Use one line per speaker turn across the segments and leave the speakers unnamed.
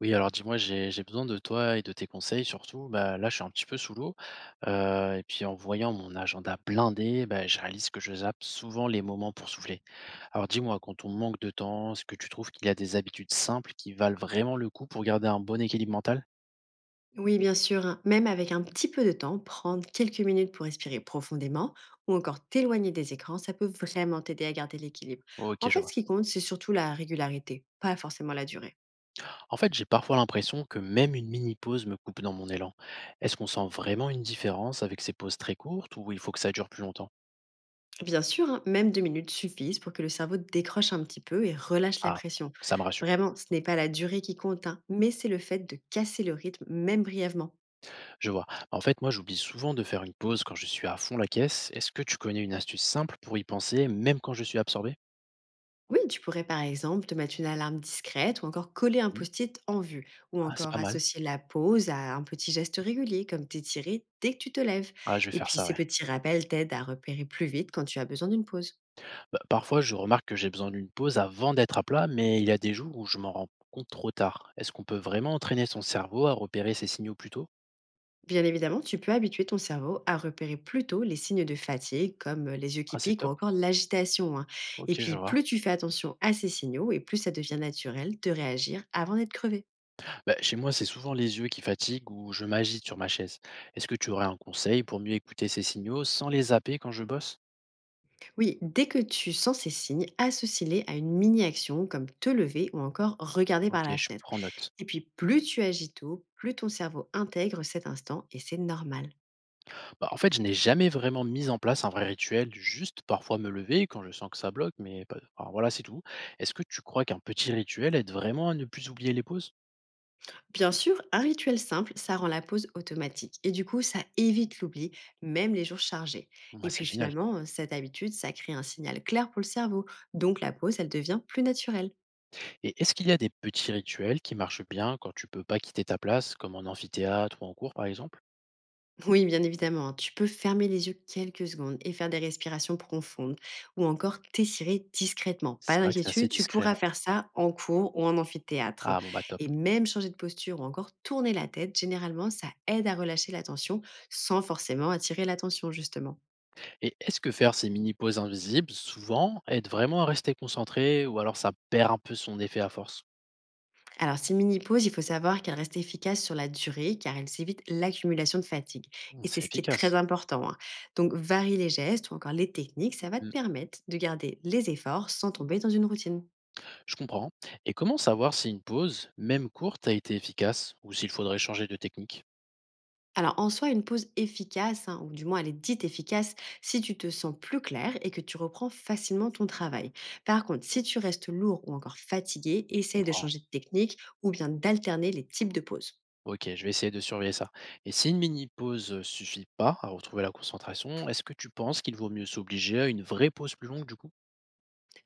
Oui, alors dis-moi, j'ai besoin de toi et de tes conseils surtout. Bah, là, je suis un petit peu sous l'eau. Et puis en voyant mon agenda blindé, bah, je réalise que je zappe souvent les moments pour souffler. Alors dis-moi, quand on manque de temps, est-ce que tu trouves qu'il y a des habitudes simples qui valent vraiment le coup pour garder un bon équilibre mental?
Oui, bien sûr, même avec un petit peu de temps, prendre quelques minutes pour respirer profondément ou encore t'éloigner des écrans, ça peut vraiment t'aider à garder l'équilibre.
Ok,
En
je
fait, ce
vois.
qui compte, c'est surtout la régularité, pas forcément la durée.
En fait, j'ai parfois l'impression que même une mini pause me coupe dans mon élan. Est-ce qu'on sent vraiment une différence avec ces pauses très courtes ou il faut que ça dure plus longtemps?
Bien sûr, hein, même 2 minutes suffisent pour que le cerveau décroche un petit peu et relâche la
Ah,
pression.
ça me rassure.
Vraiment, ce n'est pas la durée qui compte, hein, mais c'est le fait de casser le rythme, même brièvement.
Je vois. En fait, moi, j'oublie souvent de faire une pause quand je suis à fond la caisse. Est-ce que tu connais une astuce simple pour y penser, même quand je suis absorbé?
Oui, tu pourrais par exemple te mettre une alarme discrète ou encore coller un
Mhm.
post-it en vue ou
Ah, c'est
encore
pas mal.
associer la pause à un petit geste régulier comme t'étirer dès que tu te lèves.
Ah, je vais
Et
faire
puis
ça,
ces
ouais.
petits rappels t'aident à repérer plus vite quand tu as besoin d'une pause.
Bah, parfois, je remarque que j'ai besoin d'une pause avant d'être à plat, mais il y a des jours où je m'en rends compte trop tard. Est-ce qu'on peut vraiment entraîner son cerveau à repérer ces signaux plus tôt?
Bien évidemment, tu peux habituer ton cerveau à repérer plus tôt les signes de fatigue comme les yeux qui
Ah, c'est
piquent ou
top.
encore l'agitation, hein. Et
Ok,
puis
je vois.
plus tu fais attention à ces signaux et plus ça devient naturel de réagir avant d'être crevé.
Bah, chez moi, c'est souvent les yeux qui fatiguent ou je m'agite sur ma chaise. Est-ce que tu aurais un conseil pour mieux écouter ces signaux sans les zapper quand je bosse?
Oui, dès que tu sens ces signes, associe-les à une mini-action comme te lever ou encore regarder par
Ok,
la
je
fenêtre.
prends note.
Et puis, plus tu agis tôt, plus ton cerveau intègre cet instant et c'est normal.
Bah, en fait, je n'ai jamais vraiment mis en place un vrai rituel, juste parfois me lever quand je sens que ça bloque, mais voilà, c'est tout. Est-ce que tu crois qu'un petit rituel aide vraiment à ne plus oublier les pauses?
Bien sûr, un rituel simple, ça rend la pause automatique et du coup, ça évite l'oubli, même les jours chargés.
Bon,
Et
bah, c'est
puis
génial.
finalement, cette habitude, ça crée un signal clair pour le cerveau, donc la pause, elle devient plus naturelle.
Et est-ce qu'il y a des petits rituels qui marchent bien quand tu peux pas quitter ta place, comme en amphithéâtre ou en cours par exemple?
Oui, bien évidemment, hein. Tu peux fermer les yeux quelques secondes et faire des respirations profondes ou encore t'étirer discrètement. Pas
C'est vrai que c'est assez
d'inquiétude, tu
discret,
pourras
ouais.
faire ça en cours ou en amphithéâtre.
Ah bon, bah top.
Et même changer de posture ou encore tourner la tête, généralement, ça aide à relâcher la tension sans forcément attirer l'attention, justement.
Et est-ce que faire ces mini-pauses invisibles, souvent, aide vraiment à rester concentré ou alors ça perd un peu son effet à force?
Alors, ces mini-pauses, il faut savoir qu'elles restent efficaces sur la durée car elles évitent l'accumulation de fatigue.
Bon,
Et c'est
c'est
ce qui est très
efficace.
important, hein. Donc, varie les gestes ou encore les techniques, ça va te permettre de garder les efforts sans tomber dans une routine.
Je comprends. Et comment savoir si une pause, même courte, a été efficace ou s'il faudrait changer de technique?
Alors en soi, une pause efficace, hein, ou du moins elle est dite efficace, si tu te sens plus clair et que tu reprends facilement ton travail. Par contre, si tu restes lourd ou encore fatigué,
Je
essaye de
comprends.
changer de technique ou bien d'alterner les types de pauses.
Ok, je vais essayer de surveiller ça. Et si une mini-pause suffit pas à retrouver la concentration, est-ce que tu penses qu'il vaut mieux s'obliger à une vraie pause plus longue du coup?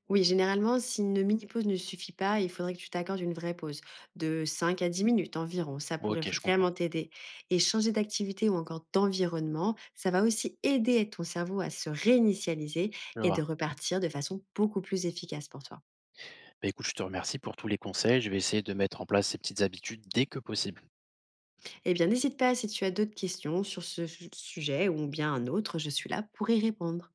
Oui, généralement, si une mini-pause ne suffit pas, il faudrait que tu t'accordes une vraie pause de 5 à 10 minutes environ. Ça pourrait
Ok, je comprends.
vraiment t'aider. Et changer d'activité ou encore d'environnement, ça va aussi aider ton cerveau à se réinitialiser
Je
et
vois.
de repartir de façon beaucoup plus efficace pour toi.
Bah, écoute, je te remercie pour tous les conseils. Je vais essayer de mettre en place ces petites habitudes dès que possible.
Eh bien, n'hésite pas si tu as d'autres questions sur ce sujet ou bien un autre, je suis là pour y répondre.